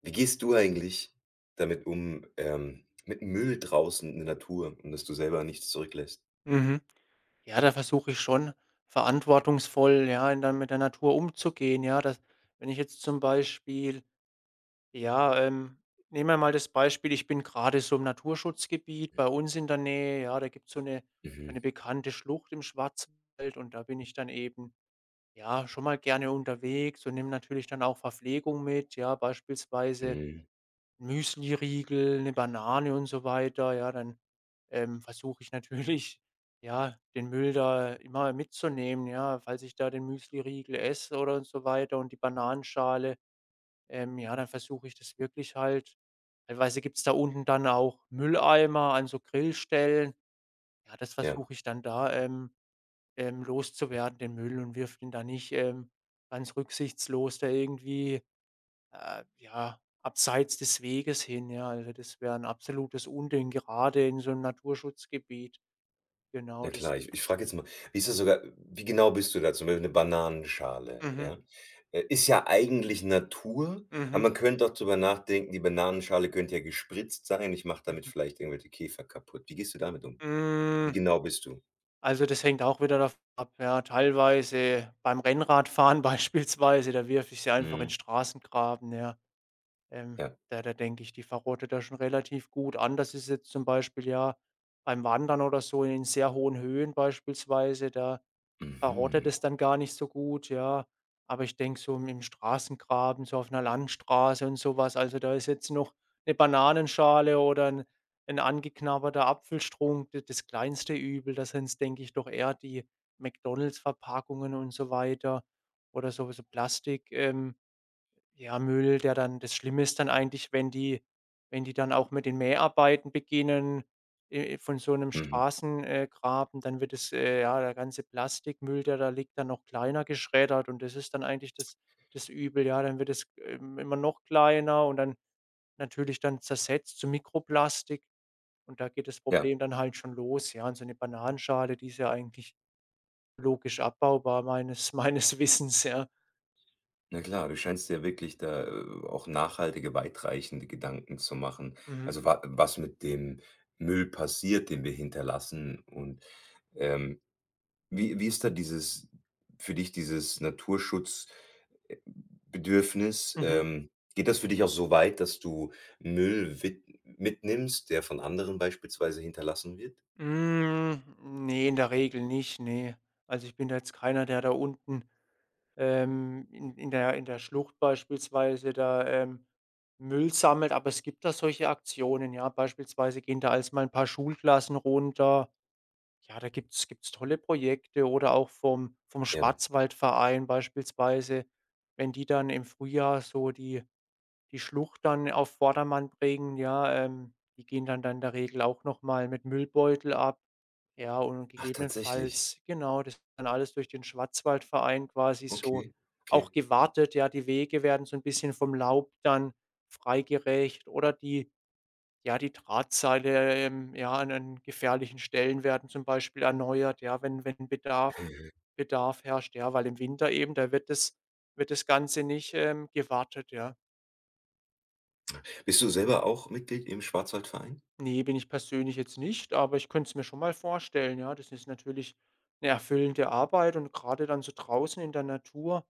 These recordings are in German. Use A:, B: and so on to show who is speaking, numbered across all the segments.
A: Wie gehst du eigentlich damit um, mit Müll draußen in der Natur und dass du selber nichts zurücklässt?
B: Mhm. Ja, da versuche ich schon verantwortungsvoll, ja, in der mit der Natur umzugehen, ja. Das wenn ich jetzt zum Beispiel ja, nehmen wir mal das Beispiel, ich bin gerade so im Naturschutzgebiet bei uns in der Nähe, ja, da gibt's so eine so
A: Mhm,
B: 'ne bekannte Schlucht im Schwarzwald und da bin ich dann eben, ja, schon mal gerne unterwegs und nehme natürlich dann auch Verpflegung mit, ja, beispielsweise
A: mhm.
B: Müsliriegel, 'ne Banane und so weiter, ja, dann, versuche ich natürlich, ja, den Müll da immer mitzunehmen, ja, falls ich da den Müsliriegel esse oder und so weiter und die Bananenschale, ja, dann versuche ich das wirklich halt teilweise gibt's da unten dann auch Mülleimer an so Grillstellen. Ja, das
A: Ja,
B: versuche ich dann da, loszuwerden, den Müll und wirf den da nicht, ganz rücksichtslos da irgendwie ja, abseits des Weges hin, ja. Also, das wäre ein absolutes Unding, gerade in so einem Naturschutzgebiet. Genau,
A: na
B: das
A: klar. Ich frage jetzt mal, wie ist das sogar wie genau bist du da? Zum Beispiel 'ne Bananenschale,
B: mhm,
A: ja? Ist ja eigentlich Natur, aber
B: mhm,
A: man könnte auch drüber nachdenken, die Bananenschale könnte ja gespritzt sein. Ich mache damit
B: mhm.
A: vielleicht irgendwelche Käfer kaputt. Wie gehst du damit um? Wie
B: Hm,
A: genau bist du?
B: also, das hängt auch wieder davon ab, ja. Teilweise beim Rennradfahren beispielsweise, da wirf ich sie einfach in
A: Mhm,
B: Straßengraben, ja. Ähm,
A: ja.
B: da denke ich, die verrottet da schon relativ gut. Anders ist jetzt zum Beispiel, ja, beim Wandern oder so in sehr hohen Höhen beispielsweise, da verrottet
A: Mhm,
B: es dann gar nicht so gut, ja. Aber ich denke so im im Straßengraben, so auf 'ner Landstraße und so was, also, da ist jetzt noch 'ne Bananenschale oder 'n 'n angeknabberter Apfelstrunk d das kleinste Übel. Da sind's, denke ich, doch eher die McDonald's-Verpackungen und so weiter oder so so Plastik ja, Müll, der dann das Schlimme ist dann eigentlich, wenn die wenn die dann auch mit den Mäharbeiten beginnen, von so 'nem
A: mhm,
B: Straßen Graben, dann wird es ja, der ganze Plastikmüll, der da liegt, dann noch kleiner geschreddert und das ist dann eigentlich das das Übel. Ja, dann wird es, immer noch kleiner und dann natürlich dann zersetzt zu Mikroplastik und da geht das
A: ja.
B: Problem dann halt schon los, ja. Und so 'ne Bananenschale, die ist ja eigentlich logisch abbaubar meines meines Wissens, ja.
A: Na klar, du scheinst dir wirklich da, auch nachhaltige, weitreichende Gedanken zu machen.
B: Mhm.
A: Also, wa was mit dem Müll passiert, den wir hinterlassen, und, ähm, wie ist da dieses für dich dieses Naturschutzbedürfnis?
B: Mhm.
A: Geht das für dich auch so weit, dass du Müll wit mitnimmst, der von anderen beispielsweise hinterlassen wird?
B: Hm, ne, in der Regel nicht, ne. Also, ich bin da jetzt keiner, der da unten, in der Schlucht beispielsweise da, Müll sammelt, aber es gibt da solche Aktionen, ja. Beispielsweise gehen da als mal ein paar Schulklassen runter. Ja, da gibt's tolle Projekte oder auch vom
A: Ja.
B: Schwarzwaldverein beispielsweise, wenn die dann im Frühjahr so die die Schlucht dann auf Vordermann bringen, ja, die gehen dann in der Regel auch noch mal mit Müllbeutel ab. Ja, und
A: Ach, tatsächlich.
B: gegebenenfalls genau, das wird dann alles durch den Schwarzwaldverein quasi so
A: Okay, okay.
B: auch gewartet. Ja, die Wege werden so ein bisschen vom Laub dann freigerecht oder die ja, die Drahtseile, ja, an an gefährlichen Stellen werden zum Beispiel erneuert, ja, wenn wenn Bedarf Bedarf herrscht, ja, weil im Winter eben, da wird das Ganze nicht, gewartet, ja.
A: Bist du selber auch Mitglied im Schwarzwaldverein?
B: Ne, bin ich persönlich jetzt nicht, aber ich könnte es mir schon mal vorstellen, ja. Das ist natürlich 'ne erfüllende Arbeit und grade dann so draußen in der Natur,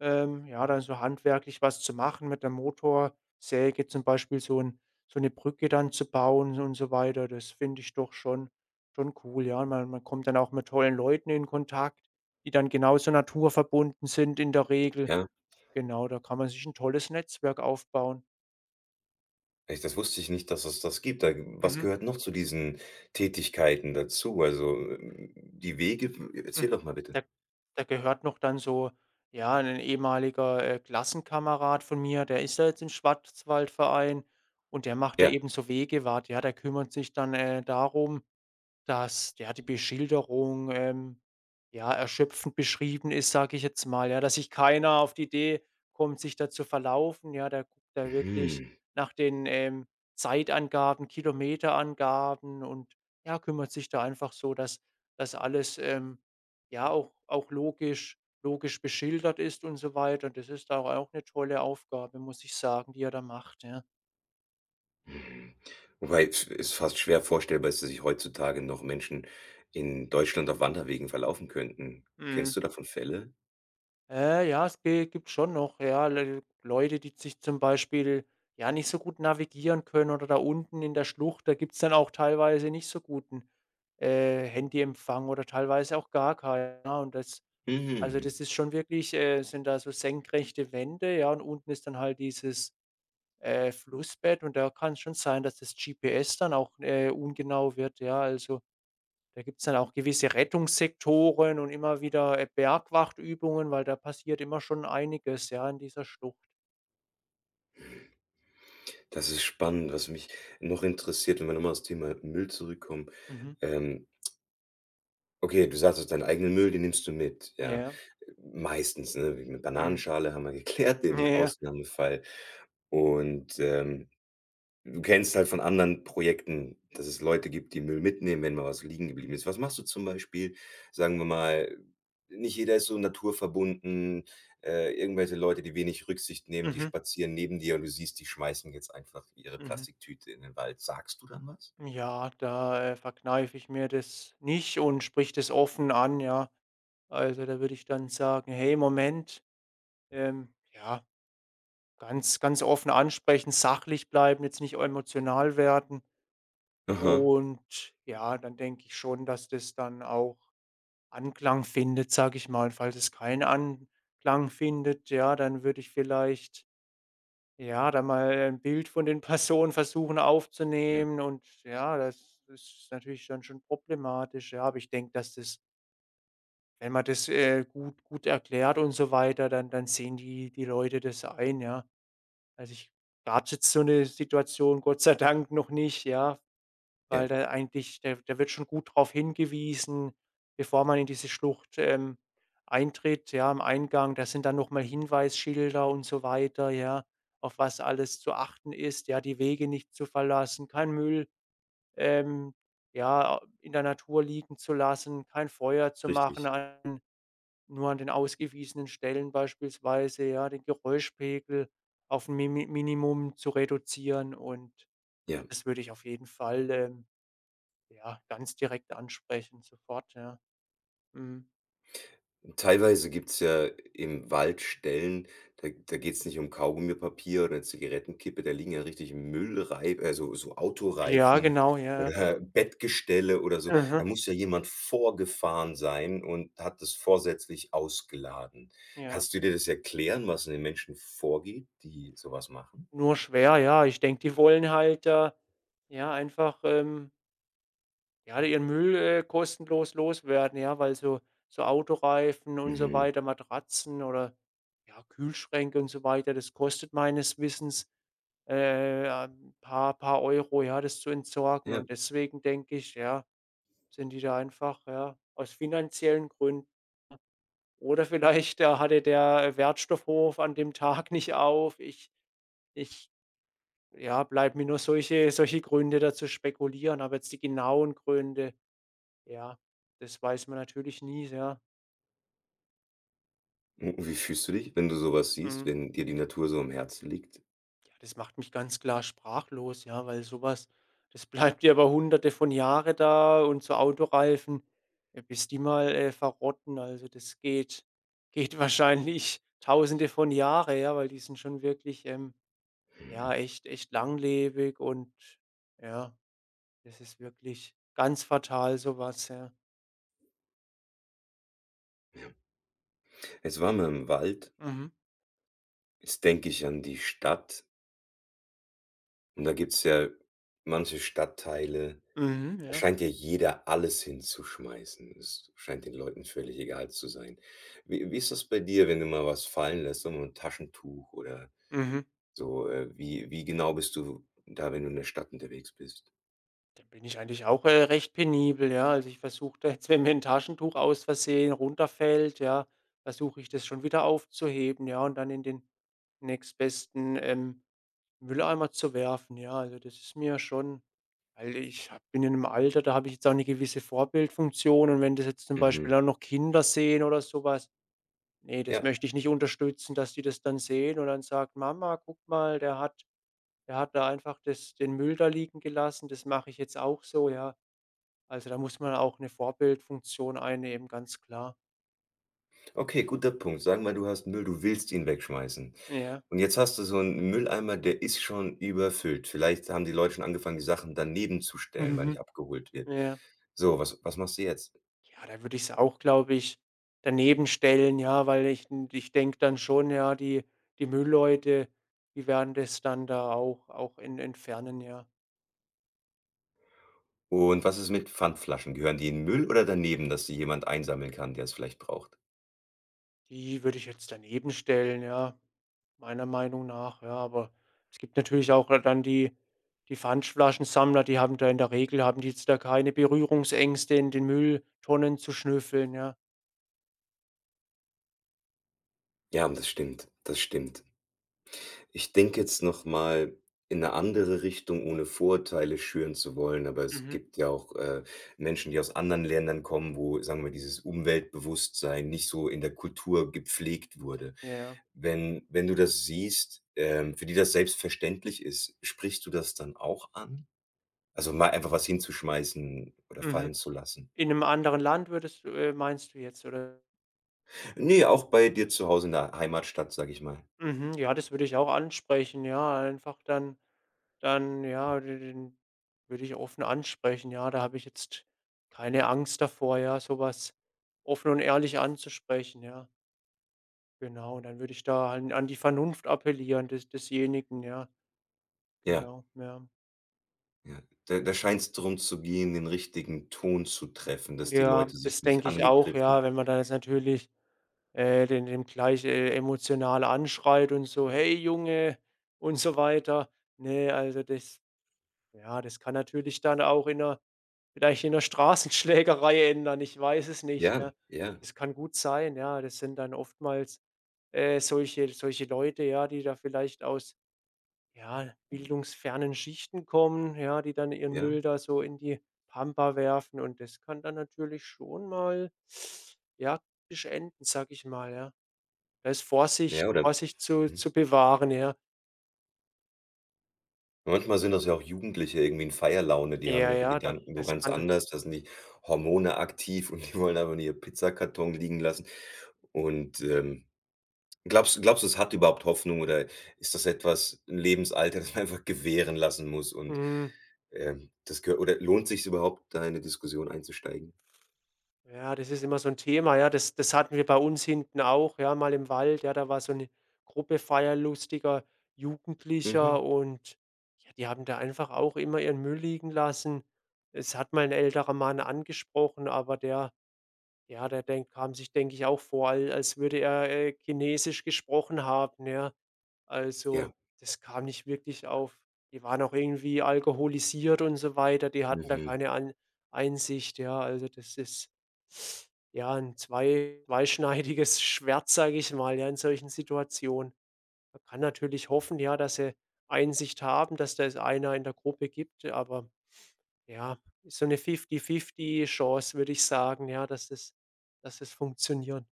B: ja, dann so handwerklich was zu machen, mit der Motorsäge zum Beispiel so 'n so 'ne Brücke dann zu bauen und so weiter. Das finde ich doch schon schon cool, ja. Man kommt dann auch mit tollen Leuten in Kontakt, die dann genauso naturverbunden sind in der Regel.
A: Ja.
B: Genau, da kann man sich 'n tolles Netzwerk aufbauen.
A: Echt, das wusste ich nicht, dass es das gibt. Da, was
B: Mhm.
A: gehört noch zu diesen Tätigkeiten dazu? Also, die Wege erzähl
B: Mhm.
A: doch mal bitte.
B: Da da gehört noch dann so, ja, ein ehemaliger, Klassenkamerad von mir, der ist da jetzt im Schwarzwaldverein und der macht da
A: Ja.
B: eben so Wegewart. Ja, der kümmert sich dann, darum dass ja, die Beschilderung, ja, erschöpfend beschrieben ist, sage ich jetzt mal, ja, dass sich keiner auf die Idee kommt, sich da zu verlaufen. Ja, da guckt er wirklich
A: Mhm,
B: nach den, Zeitangaben, Kilometerangaben und, ja, kümmert sich da einfach so, dass dass alles, ja, auch logisch beschildert ist und so weiter. Und das ist da auch eine tolle Aufgabe, muss ich sagen, die er da macht, ja.
A: mhm. Wobei es ist fast schwer vorstellbar ist, dass sich heutzutage noch Menschen in Deutschland auf Wanderwegen verlaufen könnten.
B: Mhm.
A: Kennst du davon Fälle?
B: Ja, es ge gibt schon noch, ja, Le Leute, die sich zum Beispiel, ja, nicht so gut navigieren können oder da unten in der Schlucht, da gibt's dann auch teilweise nicht so guten, Handyempfang oder teilweise auch gar keinen, ja, und das also,
A: Mhm.
B: das ist schon wirklich sind da so senkrechte Wände, ja, und unten ist dann halt dieses, Flussbett und da kann es schon sein, dass das GPS dann auch, ungenau wird, ja, also da gibt's dann auch gewisse Rettungssektoren und immer wieder, Bergwachtübungen, weil da passiert immer schon einiges, ja, in dieser Schlucht.
A: Das ist spannend. Was mich noch interessiert, wenn wir noch mal aufs Thema Müll zurückkommen.
B: Mhm.
A: Ähm Okay, du sagst jetzt, deinen eigenen Müll, den nimmst du mit, ja.
B: Ja.
A: Meistens, ne, wegen 'ner
B: Mhm.
A: Bananenschale haben wir geklärt,
B: Ja,
A: den
B: ja.
A: Ausnahmefall. Und, du kennst halt von anderen Projekten, dass es Leute gibt, die Müll mitnehmen, wenn mal was liegen geblieben ist. Was machst du zum Beispiel? Sagen wir mal, nicht jeder ist so naturverbunden, irgendwelche Leute, die wenig Rücksicht nehmen, die
B: Mhm.
A: spazieren neben dir und du siehst, die schmeißen jetzt einfach ihre
B: Mhm.
A: Plastiktüte in den Wald. Sagst du dann was?
B: Ja, da, verkneife ich mir das nicht und sprich das offen an, ja. Also, da würde ich dann sagen: „Hey, Moment“, ja, ganz offen ansprechen, sachlich bleiben, jetzt nicht emotional werden
A: Aha.
B: und ja, dann denke ich schon, dass das dann auch Anklang findet, sage ich mal. Und falls es keinen Anklang findet, ja, dann würde ich vielleicht, ja, da mal ein Bild von den Personen versuchen
A: Ja,
B: aufzunehmen und ja, das ist natürlich dann schon problematisch, ja. Aber ich denke, dass das wenn man das, gut erklärt und so weiter, dann sehen die die Leute das ein, ja. Also, ich gab's jetzt so eine Situation Gott sei Dank noch nicht, ja
A: ja,
B: weil da eigentlich der der wird schon gut darauf hingewiesen, bevor man in diese Schlucht, eintritt, ja, am Eingang. Da sind dann noch mal Hinweisschilder und so weiter, ja, auf was alles zu achten ist, ja, die Wege nicht zu verlassen, kein Müll, ähm, ja, in der Natur liegen zu lassen, kein Feuer zu machen
A: richtig.
B: an nur an den ausgewiesenen Stellen beispielsweise, ja, den Geräuschpegel auf 'n Mimi Minimum zu reduzieren und ja,
A: Ja.
B: das würde ich auf jeden Fall, ja, ganz direkt ansprechen, sofort, ja. Mhm.
A: Teilweise gibt's ja im Wald Stellen, da geht's nicht um Kaugummipapier oder Zigarettenkippe, da liegen ja richtig Müllrei also, so
B: Ja,
A: Autoreifen
B: genau, ja, ja,
A: oder
B: richtig.
A: Bettgestelle oder so. Da
B: Mhm,
A: muss ja jemand vorgefahren sein und hat das vorsätzlich ausgeladen.
B: ja.
A: Kannst du dir das erklären, was in den Menschen vorgeht, die sowas machen?
B: Nur schwer, ja. Ich denke, die wollen halt, ja, einfach, ja, ihren Müll, kostenlos loswerden, ja, weil so so Autoreifen und so
A: Mhm,
B: weiter, Matratzen oder, ja, Kühlschränke und so weiter, das kostet meines Wissens, ein paar paar Euro, ja, das zu entsorgen.
A: ja.
B: Und deswegen denke ich, ja, sind die da einfach, ja, aus finanziellen Gründen oder vielleicht, da hatte der Wertstoffhof an dem Tag nicht auf. Ich ja, bleibt mir nur solche solche Gründe dazu spekulieren, aber jetzt die genauen Gründe, ja, das weiß man natürlich nie, ja.
A: Und wie fühlst du dich, wenn du sowas siehst,
B: Mhm.
A: wenn dir die Natur so am Herzen liegt?
B: Ja, das macht mich ganz klar sprachlos, ja, weil sowas, das bleibt ja über Hunderte von Jahre da und so Autoreifen, bis die mal, verrotten, also das geht geht wahrscheinlich Tausende von Jahre, ja, weil die sind schon wirklich,
A: Mhm.
B: ja, echt langlebig und ja, das ist wirklich ganz fatal sowas ja.
A: Jetzt waren wir im Wald.
B: Mhm.
A: Jetzt denke ich an die Stadt. Und da gibt's ja manche Stadtteile,
B: Mhm,
A: da
B: ja.
A: scheint ja jeder alles hinzuschmeißen. Es scheint den Leuten völlig egal zu sein. Wie ist das bei dir, wenn du mal was fallen lässt, so ein Taschentuch oder
B: Mhm.
A: so, wie genau bist du da, wenn du in der Stadt unterwegs bist?
B: Da bin ich eigentlich auch, recht penibel, ja. Also, ich versuche da jetzt, wenn mir ein Taschentuch aus Versehen runterfällt, ja, versuche ich das schon wieder aufzuheben, ja, und dann in den nächstbesten, Mülleimer zu werfen, ja. Also, das ist mir schon weil ich habe bin in einem Alter, da habe ich jetzt auch eine gewisse Vorbildfunktion und wenn das jetzt zum Beispiel
A: Mhm.
B: auch noch Kinder sehen oder sowas. Ne, das
A: Ja,
B: möchte ich nicht unterstützen, dass die das dann sehen und dann sagt: „Mama, guck mal, der hat da einfach das den Müll da liegen gelassen, das mache ich jetzt auch so“, ja. Also, da muss man auch eine Vorbildfunktion einnehmen, ganz klar.
A: okay, guter Punkt. Sagen wir, du hast Müll, du willst ihn wegschmeißen.
B: Ja.
A: Und jetzt hast du so einen Mülleimer, der ist schon überfüllt. Vielleicht haben die Leute schon angefangen, die Sachen daneben zu stellen, weil
B: Mhm.
A: nicht abgeholt wird.
B: Ja.
A: So, was machst du jetzt?
B: Ja, da würde ich es auch, glaube ich, daneben stellen, ja, weil ich denke dann schon, ja, die die Müllleute, die werden das dann da auch en entfernen, ja.
A: Und was ist mit Pfandflaschen? Gehören die in den Müll oder daneben, dass sie jemand einsammeln kann, der es vielleicht braucht?
B: Die würde ich jetzt daneben stellen, ja, meiner Meinung nach, ja, aber es gibt natürlich auch dann die die Pfandflaschensammler, die haben da in der Regel haben die jetzt da keine Berührungsängste, in den Mülltonnen zu schnüffeln, ja.
A: Ja, das stimmt, das stimmt. Ich denke jetzt noch mal in eine andere Richtung, ohne Vorurteile schüren zu wollen, aber es
B: Mhm.
A: gibt ja auch, Menschen, die aus anderen Ländern kommen, wo, sagen wir, dieses Umweltbewusstsein nicht so in der Kultur gepflegt wurde.
B: Ja,
A: Wenn du das siehst, für die das selbstverständlich ist, sprichst du das dann auch an? Also, mal einfach was hinzuschmeißen oder fallen
B: mhm.
A: zu lassen?
B: In 'nem anderen Land würdest du meinst du jetzt, oder?
A: Ne, auch bei dir zu Hause in der Heimatstadt, sage ich mal.
B: Mhm, ja, das würde ich auch ansprechen, ja, einfach ja, de den würde ich offen ansprechen, ja. Da habe ich jetzt keine Angst davor, ja, so was offen und ehrlich anzusprechen, ja. Genau, dann würde ich da an an die Vernunft appellieren des desjenigen, ja,
A: Ja,
B: genau, ja.
A: ja. Da scheint's drum zu gehen, den richtigen Ton zu treffen, dass die
B: Ja,
A: Leute sich
B: das
A: nicht
B: denke ich auch,
A: angegriffen.
B: ja, wenn man dann jetzt natürlich, den dem gleich, emotional anschreit und so: „Hey Junge!“ und so weiter. Ne, also das ja, das kann natürlich dann auch in 'ner vielleicht in 'ner Straßenschlägerei ändern, ich weiß es nicht,
A: Ja,
B: ne?
A: ja,
B: Das kann gut sein, ja. Das sind dann oftmals, solche solche Leute, ja, die da vielleicht aus ja, bildungsfernen Schichten kommen, ja, die dann ihren
A: ja,
B: Müll da so in die Pampa werfen und das kann dann natürlich schon mal, ja, kritisch enden, sage ich mal, ja. Da ist Vorsicht
A: ja, oder
B: Vorsicht
A: mhm.
B: zu bewahren, ja.
A: Manchmal sind das ja auch Jugendliche irgendwie in Feierlaune, die haben
B: Ja,
A: ihre
B: ja, da
A: Gedanken wo
B: das
A: ganz
B: kann
A: anders, da sind die Hormone aktiv und die wollen einfach nur ihren Pizzakarton liegen lassen und, ähm glaubst du, es hat überhaupt Hoffnung oder ist das etwas 'n Lebensalter, das man einfach gewähren lassen muss und,
B: mhm.
A: das gehört, oder lohnt sich's überhaupt, da in eine Diskussion einzusteigen?
B: Ja, das ist immer so 'n Thema, ja. Das das hatten wir bei uns hinten auch, ja, mal im Wald, ja, da war so 'ne Gruppe feierlustiger
A: Mhm.
B: Jugendlicher und, ja, die haben da einfach auch immer ihren Müll liegen lassen. Es hat mal 'n älterer Mann angesprochen, aber der ja, der denkt kam sich, denke ich, auch vor, al als würde er, Chinesisch gesprochen haben, ja. Also,
A: Ja.
B: das kam nicht wirklich auf die waren auch irgendwie alkoholisiert und so weiter. Die hatten da
A: Mhm.
B: keine Einsicht, ja. Also, das ist, ja, ein zweischneidiges Schwert, sage ich mal, ja, in solchen Situationen. Man kann natürlich hoffen, ja, dass sie Einsicht haben, dass da es einer in der Gruppe gibt, aber ja, ist so eine Fifty-Fifty Chance, würde ich sagen, ja, dass das funktioniert.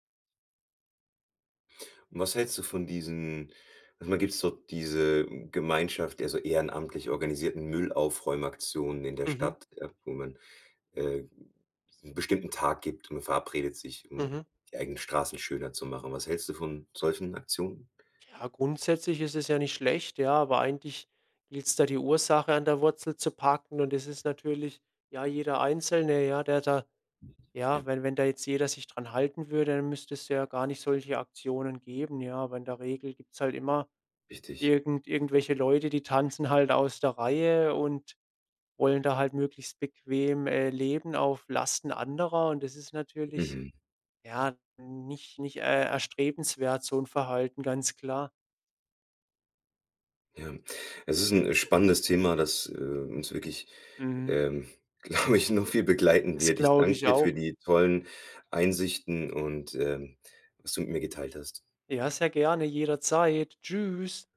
A: Und was hältst du von diesen? Manchmal gibt es so diese Gemeinschaft der so ehrenamtlich organisierten Müllaufräumaktionen in der
B: Mhm,
A: Stadt, ja, wo man, äh, 'n bestimmten Tag gibt und man verabredet sich, um
B: mhm.
A: die eigenen Straßen schöner zu machen. Was hältst du von solchen Aktionen?
B: Ja, grundsätzlich ist es ja nicht schlecht, ja, aber eigentlich gilt es da die Ursache an der Wurzel zu packen und es ist natürlich, ja, jeder Einzelne, ja, der da
A: Ja,
B: ja, wenn wenn da jetzt jeder sich dran halten würde, dann müsste es ja gar nicht solche Aktionen geben, ja, aber in der Regel gibt's halt immer
A: richtig.
B: irgendwelche Leute, die tanzen halt aus der Reihe und wollen da halt möglichst bequem, leben auf Lasten anderer und das ist natürlich,
A: Mhm.
B: ja, nicht nicht, erstrebenswert, so ein Verhalten, ganz klar.
A: Ja, es ist ein spannendes Thema, das, uns wirklich,
B: Mhm.
A: ähm, glaube ich, noch viel begleiten
B: Das
A: wird. Ich
B: glaube
A: danke
B: ich
A: dir für
B: auch.
A: die tollen Einsichten und, was du mit mir geteilt hast.
B: Ja, sehr gerne, jederzeit. Tschüss.